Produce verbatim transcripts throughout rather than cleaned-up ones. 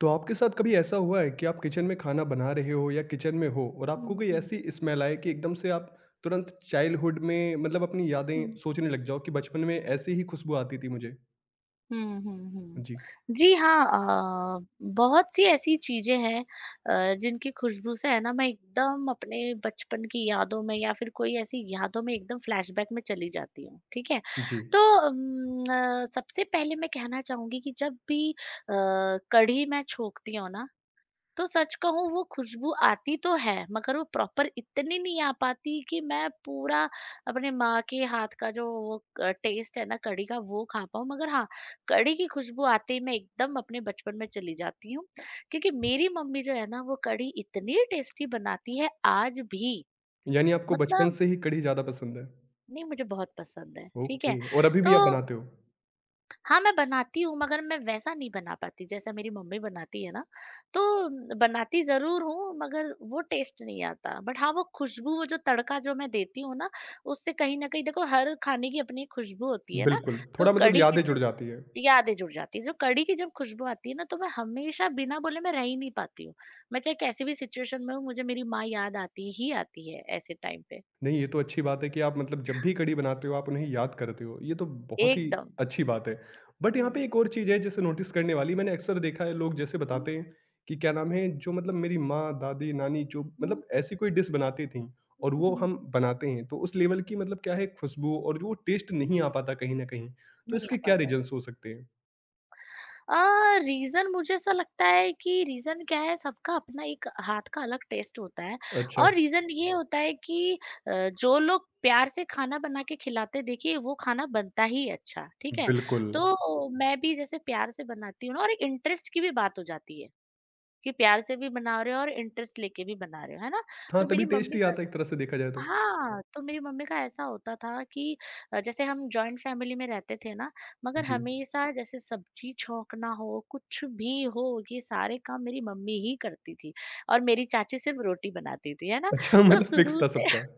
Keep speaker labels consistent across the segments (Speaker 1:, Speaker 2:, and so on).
Speaker 1: तो आपके साथ कभी ऐसा हुआ है कि आप किचन में खाना बना रहे हो या किचन में हो और
Speaker 2: हुँ,
Speaker 1: आपको कोई
Speaker 2: हुँ,
Speaker 1: ऐसी स्मेल आए कि एकदम से आप तुरंत चाइल्डहुड में मतलब अपनी यादें
Speaker 2: हुँ।
Speaker 1: सोचने लग जाओ कि बचपन में ऐसी ही खुशबू आती थी मुझे?
Speaker 2: हुँ, हुँ, हुँ।
Speaker 1: जी,
Speaker 2: जी हाँ, अ, बहुत सी ऐसी चीज़ें हैं अ, जिनकी खुशबू से है ना मैं एकदम अपने बचपन की यादों में या फिर कोई ऐसी यादों में एकदम फ्लैशबैक में चली जाती हूँ, ठीक है?
Speaker 1: जी।
Speaker 2: तो उम, अ, सबसे पहले मैं कहना चाहूँगी कि जब भी अ, कढ़ी मैं छोंकती हूँ ना तो सच कहूँ वो खुशबू आती तो है मगर वो प्रॉपर इतनी नहीं आ पाती कि मैं पूरा अपने माँ के हाथ का जो वो टेस्ट है ना कढ़ी का वो खा पाऊँ मगर हाँ कढ़ी की खुशबू आते ही मैं एकदम अपने बचपन में चली जाती हूँ क्योंकि मेरी मम्मी जो है ना वो कढ़ी इतनी टेस्टी बनाती है आज भी
Speaker 1: यानी आपको बचपन
Speaker 2: मतलब
Speaker 1: से ही कढ़ी ज़्यादा पसंद है।
Speaker 2: नहीं मुझे बहुत पसंद है ठीक है
Speaker 1: ओके और अभी
Speaker 2: तो
Speaker 1: भी आप बनाते हो?
Speaker 2: हाँ, मैं बनाती हूँ मगर मैं वैसा नहीं बना पाती जैसा मेरी मम्मी बनाती है ना, तो न- बनाती ज़रूर हूँ मगर वो टेस्ट नहीं आता। बट हाँ, वो खुशबू वो जो तड़का जो मैं देती हूँ ना, उससे कहीं न कहीं देखो हर खाने की अपनी एक खुशबू होती है ना,
Speaker 1: बिल्कुल,
Speaker 2: तो
Speaker 1: थोड़ा मतलब
Speaker 2: कढ़ी की
Speaker 1: यादें
Speaker 2: जो
Speaker 1: जुड़ जाती है।
Speaker 2: यादें जुड़ जाती हैं। जो कढ़ी की जब खुशबू आती है ना, तो मैं हमेशा बिना बोले मैं रह ही नहीं पाती हूँ। मैं चाहे कैसी भी सिचुएशन में हूँ, मुझे मेरी माँ याद आती ही आती है ऐसे टाइम पे,
Speaker 1: नहीं, ये तो अच्छी बात है कि आप मतलब जब भी कढ़ी बनाते हो, आप उन्हें याद करते हो। ये तो बहुत ही
Speaker 2: एकदम।
Speaker 1: अच्छी बात है। बट यहाँ पे
Speaker 2: हुँ।
Speaker 1: एक और चीज़ है जैसे नोटिस करने वाली, मैंने अक्सर देखा है लोग जैसे
Speaker 2: हुँ,
Speaker 1: बताते हैं कि क्या नाम है, जो मतलब मेरी माँ, दादी, नानी जो
Speaker 2: हुँ,
Speaker 1: मतलब ऐसी कोई डिश बनाती थीं और वो
Speaker 2: हुँ,
Speaker 1: हम बनाते हैं, तो उस लेवल की मतलब क्या है खुशबू और जो वो टेस्ट नहीं आ
Speaker 2: हुँ।
Speaker 1: पाता कहीं न कहीं। तो
Speaker 2: नहीं आ
Speaker 1: इसके क्या
Speaker 2: पाता।
Speaker 1: रीज़न्स हो सकते हैं?
Speaker 2: अ, रीज़न मुझे ऐसा लगता है कि रीज़न क्या है सबका अपना एक हाथ का अलग टेस्ट होता है
Speaker 1: अच्छा।
Speaker 2: और रीज़न ये होता है कि अ, जो लोग प्यार से खाना बना के खिलाते देखिए वो खाना बनता ही अच्छा, ठीक है?
Speaker 1: बिल्कुल।
Speaker 2: तो मैं भी जैसे प्यार से बनाती हूँ ना और एक इंटरेस्ट की भी बात हो जाती है, कि प्यार से भी बना रहे हो और इंटरेस्ट लेके भी बना रहे हो, है ना?
Speaker 1: हाँ,
Speaker 2: तो
Speaker 1: तभी
Speaker 2: मेरी
Speaker 1: टेस्ट
Speaker 2: मम्मी
Speaker 1: ही
Speaker 2: का
Speaker 1: आता है एक तरह से देखा जाए तो।
Speaker 2: हाँ, तो मेरी मम्मी का ऐसा होता था कि अ, जैसे हम जॉइंट फैमिली में रहते थे ना, मगर
Speaker 1: जी।
Speaker 2: हमेशा जैसे सब्जी छौंकना हो, कुछ भी हो, ये सारे काम मेरी मम्मी ही करती थी और मेरी चाची सिर्फ रोटी बनाती थी, है ना?
Speaker 1: अच्छा
Speaker 2: तो
Speaker 1: मतलब फिक्स
Speaker 2: शुरू
Speaker 1: था
Speaker 2: से
Speaker 1: सबका।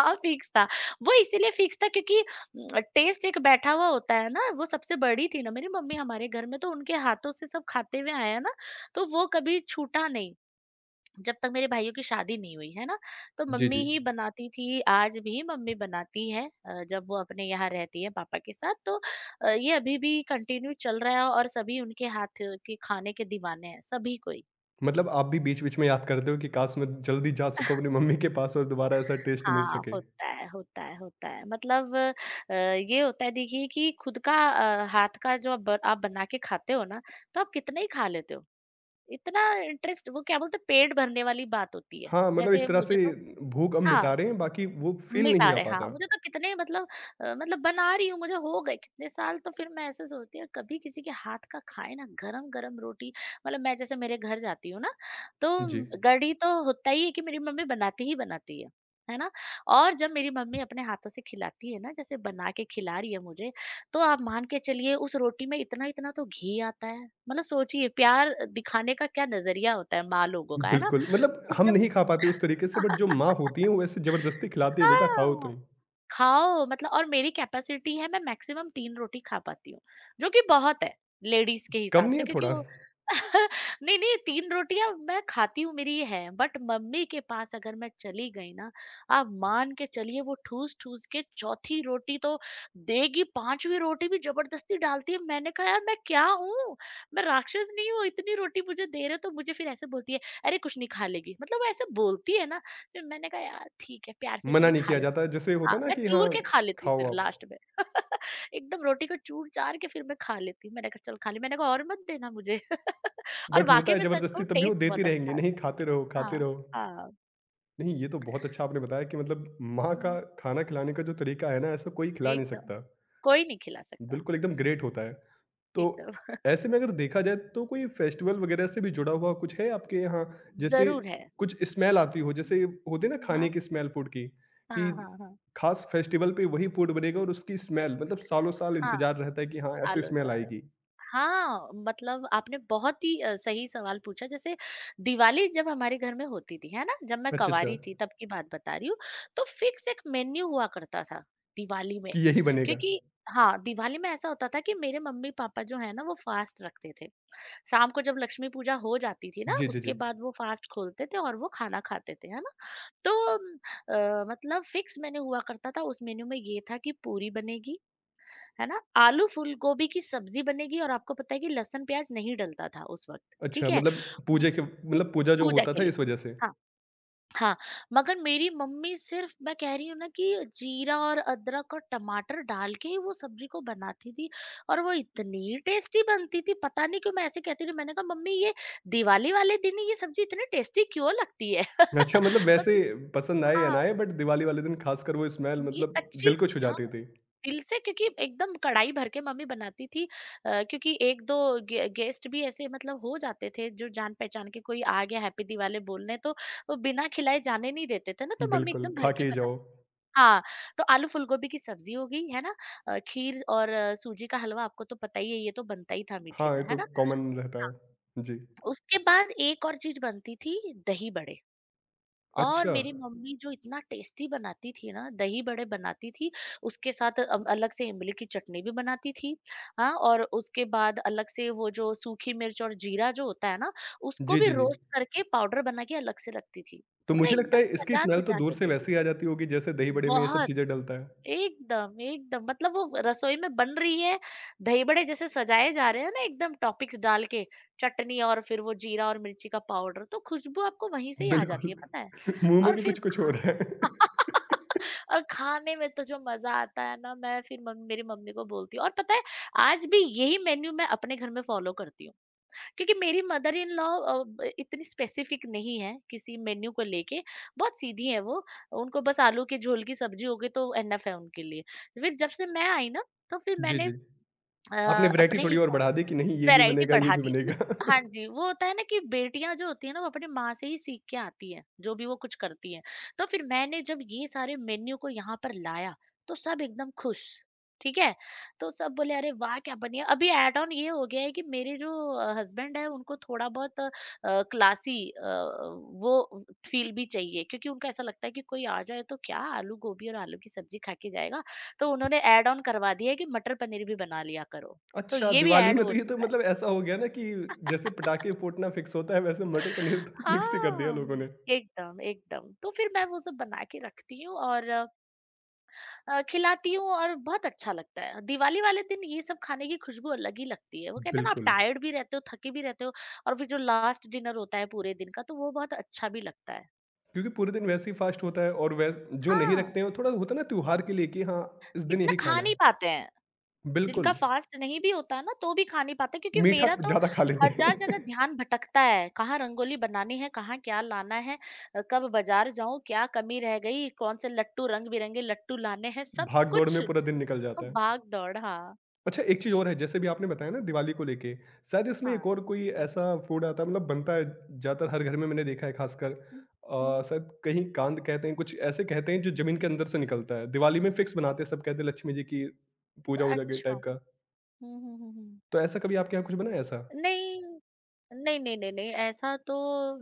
Speaker 2: हाँ, फिक्स था। वो इसीलिए फिक्स था क्योंकि उम, टेस्ट एक बैठा हुआ होता है ना, वो सबसे बड़ी थी ना मेरी मम्मी हमारे घर में, तो उनके हाथों से सब खाते हुए आए हैं ना, तो वो कभी छूटा नहीं। जब तक मेरे भाइयों की शादी नहीं हुई है ना तो
Speaker 1: जी,
Speaker 2: मम्मी
Speaker 1: जी।
Speaker 2: ही बनाती थी आज भी मम्मी बनाती है अ, जब वो अपने यहाँ रहती है पापा के साथ तो अ, ये अभी भी कंटिन्यू चल रहा है और सभी उनके हाथ के खाने के दीवाने हैं सभी कोई
Speaker 1: मतलब आप भी बीच-बीच में याद करते हो कि काश मैं जल्दी जा सकूँ अपनी मम्मी के पास और दोबारा ऐसा टेस्ट मिल
Speaker 2: हाँ
Speaker 1: सके।
Speaker 2: होता है होता है होता है मतलब अ, ये होता है देखिए कि खुद का अ, हाथ का जो आप, ब- आप बना के खाते हो ना तो आप कितना ही खा लेते हो इतना इंटरेस्ट वो क्या बोलते हैं, पेट भरने वाली बात होती है
Speaker 1: हाँ, मतलब
Speaker 2: जैसे
Speaker 1: एक तरह से
Speaker 2: मुझे तो
Speaker 1: भूख हम
Speaker 2: हाँ
Speaker 1: मिटा रहे हैं, बाकी वो फ़ील
Speaker 2: मिटा
Speaker 1: नहीं आ
Speaker 2: रहे हाँ,
Speaker 1: पाता।
Speaker 2: मुझे तो कितने मतलब अ, मतलब बना रही हूँ, मुझे हो गए कितने साल तो फिर मैं ऐसे सोचती हूँ कभी किसी के हाथ का खाए ना गरम-गरम रोटी मतलब मैं जैसे मेरे घर जाती हूँ ना,
Speaker 1: जी,
Speaker 2: तो गढ़ी तो होता ही है कि मेरी मम्मी बनाती ही बनाती है, है ना? और जब मेरी मम्मी अपने हाथों से खिलाती है ना, जैसे बना के खिला रही है मुझे, तो आप मान के चलिए उस रोटी में इतना-इतना तो घी आता है, मतलब सोचिए प्यार दिखाने का क्या नज़रिया होता है माँ लोगों का, है ना?
Speaker 1: बिल्कुल, मतलब हम
Speaker 2: एकदम
Speaker 1: नहीं खा पाते उस तरीके से, बट जो माँ होती हैं, वो ऐसे ज़बरदस्ती खिलाती है, "बेटा खाओ
Speaker 2: Ah,
Speaker 1: तुम।"
Speaker 2: खाओ मतलब और मेरी कैपेसिटी है मैं मैक्सिमम तीन रोटी खा पाती हूँ, जो कि बहुत है लेडीज़ के
Speaker 1: कम
Speaker 2: हिसाब
Speaker 1: नहीं
Speaker 2: से
Speaker 1: है
Speaker 2: क्योंकि
Speaker 1: थोड़ा?
Speaker 2: वो नहीं, नहीं तीन रोटियाँ मैं खाती हूँ मेरी ये है, बट मम्मी के पास अगर मैं चली गई ना, आप मान के चलिए वो ठूस-ठूस के चौथी रोटी तो देगी, पाँचवीं रोटी भी ज़बरदस्ती डालती है। मैंने कहा यार मैं क्या हूँ? मैं राक्षस नहीं हूँ, इतनी रोटी मुझे दे रहे हो तो मुझे फिर ऐसे बोलती है, "अरे कुछ नहीं खा लेगी" मतलब वो ऐसे बोलती है ना, फिर मैंने कहा यार ठीक है प्यार से दे
Speaker 1: मना
Speaker 2: रही
Speaker 1: नहीं
Speaker 2: खा
Speaker 1: किया
Speaker 2: ले
Speaker 1: जाता है, जैसे
Speaker 2: हाँ,
Speaker 1: होता है ना
Speaker 2: मैं
Speaker 1: कि
Speaker 2: चूर
Speaker 1: हाँ,
Speaker 2: के खा लेती हूँ
Speaker 1: खाओ
Speaker 2: फिर
Speaker 1: आप,
Speaker 2: लास्ट में। एकदम रोटी को चूर-चार के फिर मैं खा लेती हूँ। मैंने कहा चलो खा ली, मैंने कहा और मत देना मुझे। और
Speaker 1: बट होता
Speaker 2: वाक़ई
Speaker 1: है
Speaker 2: में सच कहूँ
Speaker 1: ज़बरदस्ती, तब भी वो
Speaker 2: टेस्ट
Speaker 1: देती
Speaker 2: बहुत
Speaker 1: रहेंगी,
Speaker 2: अच्छा
Speaker 1: "नहीं,
Speaker 2: आता
Speaker 1: खाते रहो,
Speaker 2: है।
Speaker 1: खाते
Speaker 2: हाँ,
Speaker 1: रहो।"
Speaker 2: हाँ,
Speaker 1: नहीं, ये तो बहुत अच्छा आपने बताया कि मतलब माँ
Speaker 2: हाँ,
Speaker 1: का खाना खिलाने का जो तरीका है ना, ऐसा कोई खिला नहीं
Speaker 2: एकदम।
Speaker 1: सकता।
Speaker 2: कोई नहीं खिला सकता,
Speaker 1: बिल्कुल, एकदम ग्रेट होता है। तो
Speaker 2: एकदम।
Speaker 1: ऐसे में अगर देखा जाए तो कोई फेस्टिवल वगैरह से भी जुड़ा हुआ कुछ है आपके यहाँ? जैसे
Speaker 2: ज़रूर है।
Speaker 1: कुछ स्मेल आती हो,
Speaker 2: हुँ,
Speaker 1: जैसे होती है ना
Speaker 2: हुँ,
Speaker 1: खाने
Speaker 2: हाँ,
Speaker 1: की स्मेल फूड की, कि
Speaker 2: हाँ, हाँ, हाँ।
Speaker 1: खास फेस्टिवल पे वही फूड बनेगा और उसकी स्मेल मतलब सालों-साल
Speaker 2: हाँ,
Speaker 1: इंतज़ार रहता है कि हाँ, ऐसी स्मेल
Speaker 2: सालों-साल।
Speaker 1: आएगी।
Speaker 2: हाँ, मतलब आपने बहुत ही अ, सही सवाल पूछा जैसे दिवाली जब हमारे घर में होती थी, है ना? जब मैं
Speaker 1: अच्छा, अच्छा,
Speaker 2: कँवारी थी तब की बात बता रही हूँ, तो फिक्स एक मेन्यू हुआ करता था दिवाली में
Speaker 1: कि यही बनेगा।
Speaker 2: क्योंकि हाँ, दिवाली में ऐसा होता था कि मेरे मम्मी-पापा जो है ना वो फ़ास्ट रखते थे। शाम को जब लक्ष्मी पूजा हो जाती थी ना
Speaker 1: जी, जी,
Speaker 2: उसके
Speaker 1: जी।
Speaker 2: बाद वो फ़ास्ट खोलते थे और वो खाना खाते थे, है ना? तो अम, अ, मतलब फिक्स मेन्यू हुआ करता था उस मेन्यू में ये था कि पूरी बनेगी है ना आलू फूल गोभी की सब्जी बनेगी और आपको पता है कि लहसुन प्याज नहीं डलता था उस वक्त ठीक
Speaker 1: अच्छा
Speaker 2: है
Speaker 1: मतलब पूजे के मतलब पूजा जो
Speaker 2: पूजा
Speaker 1: होता
Speaker 2: के
Speaker 1: था
Speaker 2: लिए
Speaker 1: इस वजह से।
Speaker 2: हाँ हाँ मगर मेरी मम्मी सिर्फ मैं कह रही हूँ ना कि जीरा और अदरक और टमाटर डाल के ही वो सब्जी को बनाती थी और वो इतनी टेस्टी बनती थी पता नहीं क्यों मैं ऐसे कहती थी मैंने कहा मम्मी ये दिवाली वाले दिन ही ये सब्जी इतनी टेस्टी क्यों लगती है
Speaker 1: अच्छा मतलब वैसे
Speaker 2: मतलब
Speaker 1: पसंद आए या ना
Speaker 2: हाँ
Speaker 1: आए बट दिवाली वाले दिन खासकर वो स्मेल
Speaker 2: ये
Speaker 1: मतलब
Speaker 2: अच्छी
Speaker 1: दिल को छू
Speaker 2: हाँ
Speaker 1: जाती थी।
Speaker 2: दिल से क्योंकि एकदम कढ़ाई भर के मम्मी बनाती थी अ, क्योंकि एक दो गे, गेस्ट भी ऐसे मतलब हो जाते थे जो जान पहचान के कोई आ गया हैप्पी दिवाली बोलने तो वो बिना खिलाए जाने नहीं देते थे ना तो मम्मी
Speaker 1: बिल्कुल,
Speaker 2: एकदम जी भर
Speaker 1: खा के
Speaker 2: के
Speaker 1: ही
Speaker 2: बना
Speaker 1: जाओ।
Speaker 2: हाँ तो आलू फूलगोभी की सब्जी हो गई है ना अ, खीर और अ, सूजी का हलवा आपको तो पता ही है ये तो बनता ही था मीठे
Speaker 1: हाँ,
Speaker 2: में
Speaker 1: ये
Speaker 2: है
Speaker 1: तो
Speaker 2: ना
Speaker 1: कॉमन रहता
Speaker 2: हाँ,
Speaker 1: है। जी।
Speaker 2: उसके बाद एक और चीज बनती थी दही बड़े और
Speaker 1: अच्छा।
Speaker 2: मेरी मम्मी जो इतना टेस्टी बनाती थी ना, दही बड़े बनाती थी, उसके साथ अ, अलग से इमली की चटनी भी बनाती थी। हाँ, और उसके बाद अलग से वो जो सूखी मिर्च और जीरा जो होता है ना, उसको
Speaker 1: जी,
Speaker 2: भी
Speaker 1: जी, जी।
Speaker 2: रोस्ट करके पाउडर बना के अलग से रखती थी।
Speaker 1: तो
Speaker 2: मतलब
Speaker 1: मुझे लगता
Speaker 2: एकदम
Speaker 1: है इसकी स्मेल तो
Speaker 2: सजा-धजा
Speaker 1: दूर
Speaker 2: के
Speaker 1: से
Speaker 2: देती
Speaker 1: वैसे ही
Speaker 2: थी।
Speaker 1: आ जाती होगी जैसे दही बड़े में ये सब
Speaker 2: बहुत,
Speaker 1: चीज़ें डलता है।
Speaker 2: एकदम, एकदम मतलब वो रसोई में बन रही है, दही बड़े जैसे सजाए जा रहे हैं ना एकदम टॉपिक्स डाल के, चटनी और फिर वो जीरा और मिर्ची का पाउडर, तो खुशबू आपको वहीं से ही आ
Speaker 1: बिल्कुल,
Speaker 2: जाती है, पता है?
Speaker 1: मुँह में
Speaker 2: और
Speaker 1: भी
Speaker 2: फिर
Speaker 1: कुछ-कुछ हो
Speaker 2: खाना
Speaker 1: रहा है।
Speaker 2: और खाने में तो जो मज़ा आता है ना, मैं फिर मम मेरी मम्मी को बोलती हूँ और पता है आज भी यही मेन्यू मैं अपने घर में फ़ॉलो करती हूँ। क्योंकि मेरी मदर इन लॉ अ, ब इतनी स्पेसिफ़िक नहीं है किसी मेन्यू को लेके, बहुत सीधी हैं वो। उनको बस आलू के झोल की सब्ज़ी हो गई तो इनफ है उनके लिए। फिर जब से मैं आई ना, तो फिर
Speaker 1: जी,
Speaker 2: मैंने
Speaker 1: जी।
Speaker 2: अ,
Speaker 1: आपने वैरायटी
Speaker 2: अपने
Speaker 1: थोड़ी और
Speaker 2: हिसा
Speaker 1: बढ़ा दी कि नहीं ये भी
Speaker 2: वैरायटी
Speaker 1: बनेगा, ये
Speaker 2: बढ़ा
Speaker 1: भी
Speaker 2: दी वो
Speaker 1: बनेगा।
Speaker 2: हाँ जी, वो होता है ना कि बेटियाँ जो होती हैं ना वो अपनी माँ से ही सीख के आती हैं, जो भी वो कुछ करती हैं। तो फिर मैंने जब ये सारे मेन्यू को यहाँ पर लाया, तो सब एकदम खुश, ठीक है? तो सब बोले अरे वाह! क्या बढ़िया! अभी एड ऑन ये हो गया है कि मेरे जो अ, हस्बैंड हैं उनको थोड़ा बहुत अ, क्लासी अ, वो फील भी चाहिए, क्योंकि उनको ऐसा लगता है कि कोई आ जाए तो क्या आलू गोभी और आलू की सब्जी खा के जाएगा। तो उन्होंने एड ऑन करवा दिया है कि मटर पनीर भी बना लिया करो। तो
Speaker 1: अच्छा,
Speaker 2: ये भी
Speaker 1: दिवाली
Speaker 2: एड
Speaker 1: में
Speaker 2: हो
Speaker 1: तो ये तो
Speaker 2: चुका है।
Speaker 1: मतलब ऐसा हो गया ना कि जैसे पटाखे फूटना फिक्स होता है वैसे मटर पनीर तो फिक्स ही कर दिया
Speaker 2: हाँ,
Speaker 1: लोगों ने।
Speaker 2: एकदम, एकदम। तो फिर मैं वो सब बना के रखती हूँ और अ, खिलाती हूँ और बहुत अच्छा लगता है। दिवाली वाले दिन ये सब खाने की खुशबू अलग ही लगती है। वो कहते हैं ना, आप
Speaker 1: बिल्कुल,
Speaker 2: टायर्ड भी रहते हो, थके भी रहते हो और फिर जो लास्ट डिनर होता है पूरे दिन का तो वो बहुत अच्छा भी लगता है।
Speaker 1: क्योंकि पूरे दिन वैसे ही फास्ट होता है और वै जो नहीं
Speaker 2: हाँ,
Speaker 1: रखते हैं वो थोड़ा होता है ना त्योहार के लिए कि हाँ, इस दिन
Speaker 2: इतना
Speaker 1: यही
Speaker 2: खा
Speaker 1: खाना
Speaker 2: नहीं
Speaker 1: है।
Speaker 2: पाते हैं। जिनका
Speaker 1: बिल्कुल,
Speaker 2: फास्ट नहीं भी होता है ना, तो भी खा नहीं पाते, क्योंकि
Speaker 1: मीठा
Speaker 2: मेरा तो
Speaker 1: ज़्यादा खा लेते हैं।
Speaker 2: हज़ार जगह ध्यान भटकता है, कहाँ रंगोली बनानी है, कहाँ क्या लाना है, अ, कब बाज़ार जाऊँ, क्या कमी रह गई, कौन से लट्टू, रंग-बिरंगे लट्टू लाने हैं, सब
Speaker 1: भाग-दौड़
Speaker 2: कुछ।
Speaker 1: में पूरा
Speaker 2: तो
Speaker 1: दिन निकल जाता है।
Speaker 2: भाग-दौड़, हाँ,
Speaker 1: अच्छा एक चीज़ और है, जैसे भी आपने बताया ना दिवाली को लेके, शायद इसमें एक
Speaker 2: हाँ।
Speaker 1: और कोई ऐसा फूड आता है मतलब बनता है ज़्यादातर हर घर में मैंने देखा है खासकर
Speaker 2: हुँ,
Speaker 1: अ,
Speaker 2: हुँ,
Speaker 1: शायद कहीं कांद कहते हैं, कुछ ऐसे कहते हैं जो ज़मीन के अंदर से निकलता है। दिवाली में फिक्स बनाते हैं, सब कहते हैं लक्ष्मी जी की पूजा-वूजा के
Speaker 2: अच्छा।
Speaker 1: टाइप का।
Speaker 2: हुँ, हुँ, हुँ, हुँ।
Speaker 1: तो ऐसा कभी आपके यहाँ कुछ बना है ऐसा?
Speaker 2: नहीं नहीं, नहीं, नहीं, नहीं, ऐसा तो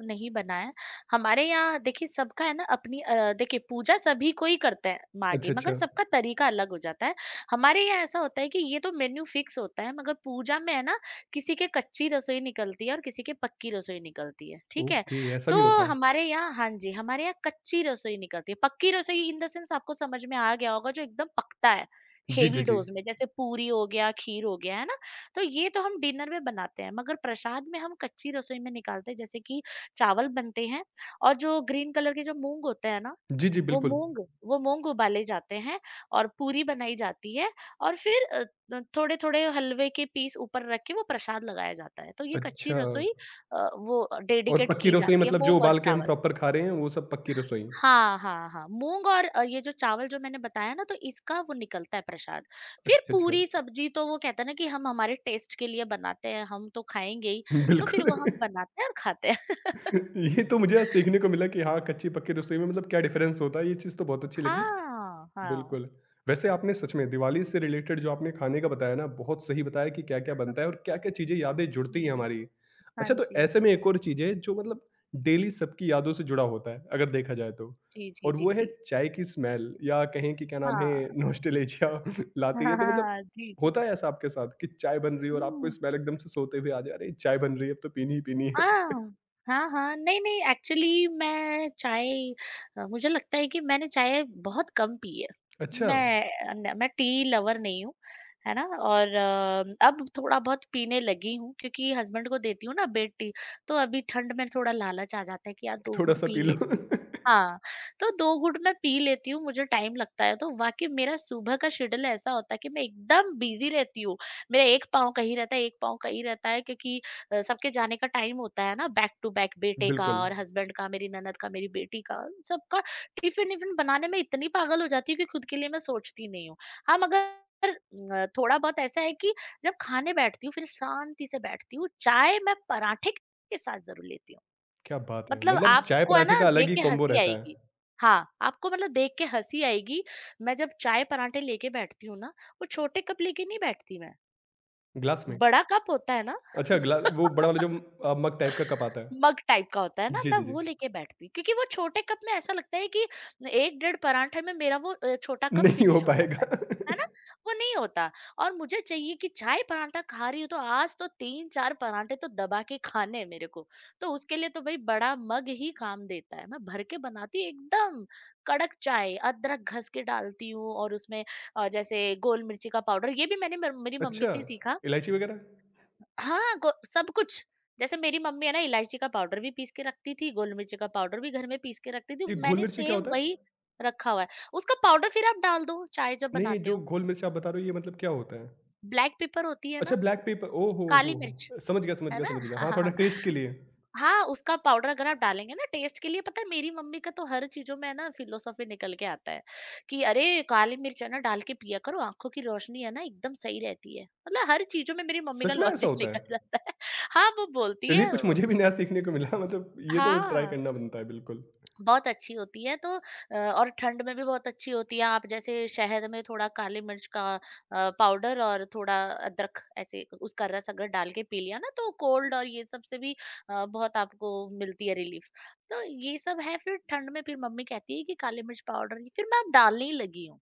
Speaker 2: नहीं बना है। हमारे यहाँ देखिए, सबका है ना अपनी अ, देखिए पूजा सभी को ही करते हैं माँ
Speaker 1: अच्छा,
Speaker 2: की, मगर
Speaker 1: अच्छा।
Speaker 2: सबका तरीका अलग हो जाता है। हमारे यहाँ ऐसा होता है कि ये तो मेन्यू फिक्स होता है, मगर पूजा में है ना, किसी के कच्ची रसोई निकलती है और किसी के पक्की रसोई निकलती है, ठीक है?
Speaker 1: ओके, ऐसा भी
Speaker 2: तो
Speaker 1: होता है।
Speaker 2: हमारे यहाँ, हाँ जी, हमारे यहाँ कच्ची रसोई निकलती है। पक्की रसोई इन द सेंस आपको समझ में आ गया होगा, जो एकदम पकता है,
Speaker 1: जी, जी,
Speaker 2: हेवी
Speaker 1: जी।
Speaker 2: डोज़ में, जैसे पूरी हो गया, खीर हो गया, है ना? तो ये तो हम डिनर में बनाते हैं, मगर प्रसाद में हम कच्ची रसोई में निकालते हैं, जैसे कि चावल बनते हैं और जो ग्रीन कलर के जो मूंग होते हैं ना,
Speaker 1: जी, जी,
Speaker 2: वो
Speaker 1: बिल्कुल।
Speaker 2: मूंग वो मूंग उबाले जाते हैं और पूरी बनाई जाती है और फिर अ, थोड़े थोड़े हलवे के पीस ऊपर रख के वो प्रसाद लगाया जाता है, तो ये कच्ची
Speaker 1: अच्छा।
Speaker 2: रसोई अ, वो
Speaker 1: और
Speaker 2: डेडिकेट
Speaker 1: पक्की
Speaker 2: की
Speaker 1: रसोई
Speaker 2: जाती है,
Speaker 1: मतलब जो
Speaker 2: मूंग और
Speaker 1: उबाल के हम
Speaker 2: चावल।
Speaker 1: प्रॉपर खा रहे हैं, वो सब पक्की रसोई।
Speaker 2: हाँ, हाँ, हाँ, मूँग और अ, ये जो चावल जो मैंने बताया ना, तो इसका वो निकलता है प्रसाद। फिर
Speaker 1: अच्छा, अच्छा।
Speaker 2: पूरी सब्ज़ी तो वो कहते हैं ना कि हम हमारे टेस्ट के लिए बनाते हैं, हम तो खाएँगे ही, तो फिर
Speaker 1: बिल्कुल।
Speaker 2: वो हम बनाते हैं और खाते हैं।
Speaker 1: ये तो मुझे आज सीखने को मिला कि हाँ, कच्ची-पक्की रसोई में मतलब क्या डिफ़रेंस होता है, ये चीज़ तो बहुत अच्छी लगी।
Speaker 2: हाँ, हाँ,
Speaker 1: बिल्कुल। वैसे आपने सच में दिवाली से रिलेटेड जो आपने खाने का बताया ना, बहुत सही बताया कि क्या-क्या बनता है और क्या-क्या चीज़ें यादें जुड़ती
Speaker 2: जी।
Speaker 1: हैं हमारी।
Speaker 2: हाँ
Speaker 1: अच्छा तो
Speaker 2: जी।
Speaker 1: ऐसे में एक और चीज़ है जो मतलब डेली सबकी यादों से जुड़ा होता है, अगर देखा जाए तो।
Speaker 2: जी, जी,
Speaker 1: और
Speaker 2: जी,
Speaker 1: वो है
Speaker 2: जी।
Speaker 1: चाय की स्मेल या कहें कि क्या नाम है
Speaker 2: हाँ।
Speaker 1: नॉस्टैल्जिया लाती है तो मतलब
Speaker 2: हाँ जी, जी।
Speaker 1: होता है ऐसा आपके साथ कि चाय बन रही है और आपको
Speaker 2: हुँ।
Speaker 1: स्मेल एकदम से सोते हुए आ जा रही है, चाय बन रही है अब तो पीनी ही पीनी है।
Speaker 2: हाँ, हाँ, हाँ। नहीं, नहीं, एक्चुअली मैं चाय अ, मुझे लगता है कि मैंने चाय बहुत कम पी है।
Speaker 1: अच्छा,
Speaker 2: मैं न मैं टी लवर नहीं हूँ, है ना? और अ, अब थोड़ा बहुत पीने लगी हूँ, क्योंकि हस्बैंड को देती हूँ ना बेड टी, तो अभी ठंड में थोड़ा लालच आ जाता है कि यार दो घूँट
Speaker 1: थोड़ा-सा
Speaker 2: पी
Speaker 1: पी लो।
Speaker 2: लेती हूँ। हाँ, तो दो घूँट मैं पी लेती हूँ, मुझे टाइम लगता है, तो वाक़ई मेरा सुबह का शेड्यूल ऐसा होता है कि मैं एकदम बिज़ी रहती हूँ। मेरा एक पाँव कहीं रहता है, एक पाँव कहीं रहता है, क्योंकि अ, सबके जाने का टाइम होता है ना, बैक टू बैक, बेटे का
Speaker 1: बिल्कुल,
Speaker 2: और हस्बैंड का, मेरी ननद का, मेरी बेटी का, सबका टिफिन इफिन बनाने में इतनी पागल हो जाती हूँ कि खुद के लिए मैं सोचती नहीं हूँ। हाँ, मगर अ, थोड़ा बहुत ऐसा है कि जब खाने बैठती हूँ, फिर शांति से बैठती हूँ, चाय मैं पराठे के साथ जरूर लेती हूँ।
Speaker 1: क्या बात है!
Speaker 2: मतलब
Speaker 1: मतलब चाय
Speaker 2: आपको है
Speaker 1: पराठे
Speaker 2: ना,
Speaker 1: का
Speaker 2: देख
Speaker 1: अलग ही
Speaker 2: के
Speaker 1: कॉम्बो
Speaker 2: हंसी
Speaker 1: रहता है।
Speaker 2: आएगी। हाँ, आपको मतलब देख के हंसी आएगी। मैं जब चाय पराठे लेके बैठती हूँ ना, वो छोटे कप लेके नहीं बैठती मैं,
Speaker 1: ग्लास में?
Speaker 2: बड़ा कप होता है ना।
Speaker 1: अच्छा ग्ला वो बड़ा वाला जो अ, मग टाइप का कप आता है।
Speaker 2: मग टाइप का होता है ना,
Speaker 1: जी,
Speaker 2: मैं
Speaker 1: जी, जी।
Speaker 2: वो लेके बैठती हूँ, क्योंकि वो छोटे कप में ऐसा लगता है कि एक डेढ़ पराठे में मेरा वो अ, छोटा कप
Speaker 1: नहीं हो
Speaker 2: फिनिश हो जाता है।
Speaker 1: पाएगा।
Speaker 2: है ना? वो नहीं होता। और मुझे चाहिए कि चाय पराठा खा रही हूँ, तो आज तो तीन चार पराठे तो दबा के खाने हैं मेरे को। तो उसके लिए तो भई बड़ा मग ही काम देता है। मैं भर के बनाती हूँ एकदम कड़क चाय, अदरक घस के डालती हूँ और उसमें अ, जैसे गोल मिर्ची का पाउडर, ये भी मैंने मेर मेरी मम्मी
Speaker 1: अच्छा,
Speaker 2: से ही सीखा।
Speaker 1: इलायची वगैरह?
Speaker 2: हाँ, गो सब कुछ। जैसे मेरी मम्मी है ना, इलायची का पाउडर भी पीस के रखती थी, गोल मिर्च का पाउडर भी घर में पीस के रखती थी।
Speaker 1: ये घोल
Speaker 2: मैंने
Speaker 1: मिर्ची क्या
Speaker 2: सेम
Speaker 1: होता है?
Speaker 2: वही रखा हुआ है। उसका पाउडर फिर आप डाल दो चाय जब
Speaker 1: नहीं,
Speaker 2: बनाते
Speaker 1: जो
Speaker 2: हो।
Speaker 1: घोल मिर्च आप बता रहे हो ये मतलब क्या होता है?
Speaker 2: ब्लैक पेपर होती है
Speaker 1: अच्छा
Speaker 2: ना,
Speaker 1: ब्लैक पेपर ओह हो,
Speaker 2: काली
Speaker 1: हो,
Speaker 2: मिर्च,
Speaker 1: हो! समझ गया, समझ
Speaker 2: है
Speaker 1: गया,
Speaker 2: ना?
Speaker 1: समझ गया।
Speaker 2: हाँ,
Speaker 1: हाँ,
Speaker 2: हाँ,
Speaker 1: थोड़ा
Speaker 2: हाँ,
Speaker 1: टेस्ट के लिए।
Speaker 2: हाँ, उसका पाउडर अगर आप डालेंगे ना टेस्ट के लिए, पता है, मेरी मम्मी का तो हर चीज़ों में है ना फ़िलॉसफ़ी निकल के आता है कि अरे! काली मिर्च है ना, डाल के पिया करो, आँखों की रोशनी है ना एकदम सही रहती है। मतलब हर चीज़ों में मेरी मम्मी का
Speaker 1: सच में ऐसा
Speaker 2: लॉजिक
Speaker 1: होता है?
Speaker 2: निकल जाता है। हाँ, वो बोलती
Speaker 1: चलिए
Speaker 2: है,
Speaker 1: कुछ मुझे भी नया सीखने को मिला मतलब ये तो ट्राई
Speaker 2: हाँ।
Speaker 1: करना बनता है बिल्कुल।
Speaker 2: बहुत अच्छी होती है, तो अ, और ठंड में भी बहुत अच्छी होती है। आप जैसे शहद में थोड़ा काली मिर्च का अ, पाउडर और थोड़ा अदरक, ऐसे उसका रस अगर डाल के पी लिया ना, तो कोल्ड और ये सब से भी अ, बहुत आपको मिलती है रिलीफ। तो ये सब है, फिर ठंड में फिर मम्मी कहती है कि काली मिर्च पाउडर, फिर मैं अब डालने ही लगी हूँ,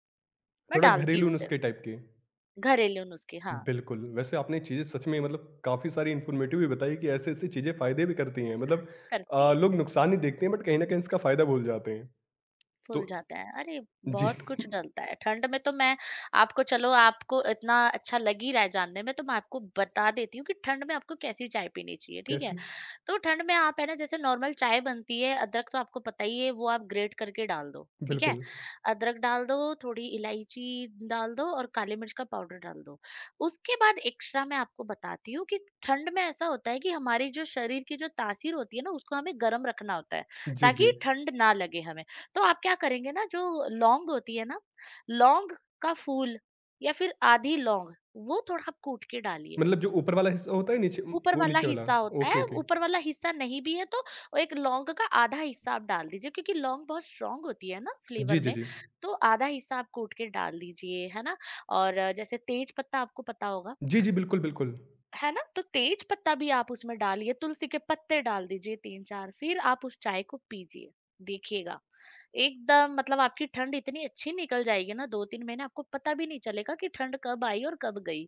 Speaker 2: मैं
Speaker 1: थोड़ा
Speaker 2: डालती
Speaker 1: घरेलू
Speaker 2: हूँ फिर।
Speaker 1: नुस्खे टाइप के।
Speaker 2: घरेलू नुस्खे, हाँ,
Speaker 1: बिल्कुल, वैसे आपने चीज़ें सच में मतलब काफ़ी सारी इन्फॉर्मेटिव भी बताई कि ऐसी-ऐसी चीज़ें फ़ायदे भी करती हैं। मतलब
Speaker 2: करती
Speaker 1: अ,
Speaker 2: है।
Speaker 1: लोग नुकसान ही देखते हैं बट कहीं न कहीं इसका फ़ायदा भूल जाते हैं। तो
Speaker 2: फूल जाता है। अरे!
Speaker 1: जी,
Speaker 2: बहुत कुछ डलता है। ठंड में तो मैं आपको, चलो आपको इतना अच्छा लग ही रहा है जानने में, तो मैं आपको बता देती हूँ कि ठंड में आपको कैसी चाय पीनी चाहिए, ठीक है?
Speaker 1: कैसी?
Speaker 2: तो ठंड में आप है ना, जैसे नॉर्मल चाय बनती है, अदरक तो आपको पता ही है, वो आप ग्रेट करके डाल दो, ठीक है,
Speaker 1: बिल्कुल।
Speaker 2: अदरक डाल दो, थोड़ी इलायची डाल दो और काली मिर्च का पाउडर डाल दो। उसके बाद एक्स्ट्रा मैं आपको बताती हूँ कि ठंड में ऐसा होता है कि हमारी जो शरीर की जो तासीर होती है ना, उसको हमें गर्म रखना होता है,
Speaker 1: जी, जी।
Speaker 2: ताकि ठंड ना लगे हमें। तो आप क्या करेंगे ना, जो लौंग होती है ना, लौंग का फूल या फिर आधी लौंग, वो थोड़ा आप कूट के डालिए।
Speaker 1: मतलब जो ऊपर वाला हिस्सा होता है नीचे
Speaker 2: ऊपर
Speaker 1: वो
Speaker 2: वाला
Speaker 1: नीचे वाला?
Speaker 2: हिस्सा होता
Speaker 1: ओके,
Speaker 2: है,
Speaker 1: ओके।
Speaker 2: ऊपर वाला हिस्सा नहीं भी है तो वो एक लौंग का आधा हिस्सा आप डाल दीजिए, क्योंकि लौंग बहुत स्ट्रांग होती है ना फ्लेवर
Speaker 1: जी, जी,
Speaker 2: में।
Speaker 1: जी।
Speaker 2: तो आधा हिस्सा आप कूट के डाल दीजिए, है ना, और अ, जैसे तेज पत्ता आपको पता होगा,
Speaker 1: जी, जी, बिल्कुल, बिल्कुल।
Speaker 2: है ना, तो तेज पत्ता भी आप उसमें डालिए, तुलसी के पत्ते डाल दीजिए तीन चार, फिर आप उस चाय को पीजिए। देखिएगा, एकदम मतलब आपकी ठंड इतनी अच्छी निकल जाएगी ना, दो तीन महीने आपको पता भी नहीं चलेगा कि ठंड कब आई और कब गई।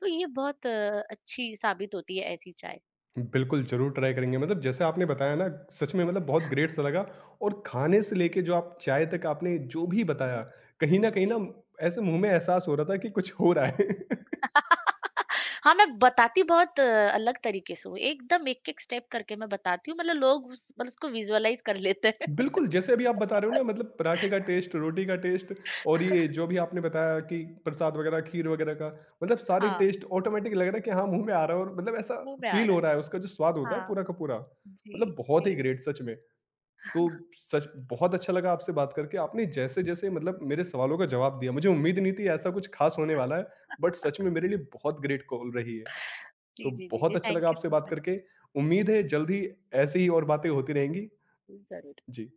Speaker 2: तो ये बहुत अ, अच्छी साबित होती है ऐसी चाय।
Speaker 1: बिल्कुल, ज़रूर ट्राई करेंगे। मतलब जैसे आपने बताया ना सच में मतलब बहुत ग्रेट सा लगा और खाने से लेके जो आप चाय तक आपने जो भी बताया, कहीं न कहीं ना
Speaker 2: जी।
Speaker 1: ऐसे मुँह में एहसास हो रहा था कि कुछ हो रहा है।
Speaker 2: हाँ, मैं बताती बहुत अ, अलग तरीके से हूँ, एकदम एक-एक स्टेप करके मैं बताती हूँ, मतलब लोग उस मतलब उसको विज़ुअलाइज़ कर लेते हैं।
Speaker 1: बिल्कुल, जैसे अभी आप बता रहे हो ना मतलब पराठे का टेस्ट, रोटी का टेस्ट और ये जो भी आपने बताया कि प्रसाद वगैरह, खीर वगैरह का, मतलब सारे
Speaker 2: हाँ,
Speaker 1: टेस्ट ऑटोमैटिक लग रहा है कि हाँ, मुँह में आ रहा है और मतलब ऐसा
Speaker 2: मुँह में आ
Speaker 1: फ़ील
Speaker 2: रहा
Speaker 1: हो
Speaker 2: है।
Speaker 1: रहा है, उसका जो स्वाद होता है
Speaker 2: हाँ,
Speaker 1: पूरा का पूरा।
Speaker 2: जी,
Speaker 1: मतलब बहुत ही
Speaker 2: जी।
Speaker 1: ग्रेट सच में। तो सच बहुत अच्छा लगा आपसे बात करके, आपने जैसे-जैसे मतलब मेरे सवालों का जवाब दिया, मुझे उम्मीद नहीं थी ऐसा कुछ ख़ास होने वाला है, बट सच में मेरे लिए बहुत ग्रेट कॉल रही है। तो
Speaker 2: जी, जी, जी,
Speaker 1: बहुत
Speaker 2: जी,
Speaker 1: अच्छा
Speaker 2: थैंक
Speaker 1: लगा
Speaker 2: यू
Speaker 1: आपसे
Speaker 2: सो
Speaker 1: बात
Speaker 2: मच।
Speaker 1: करके, उम्मीद है जल्द ही ऐसी ही और बातें होती रहेंगी।
Speaker 2: ज़रूर।
Speaker 1: जी।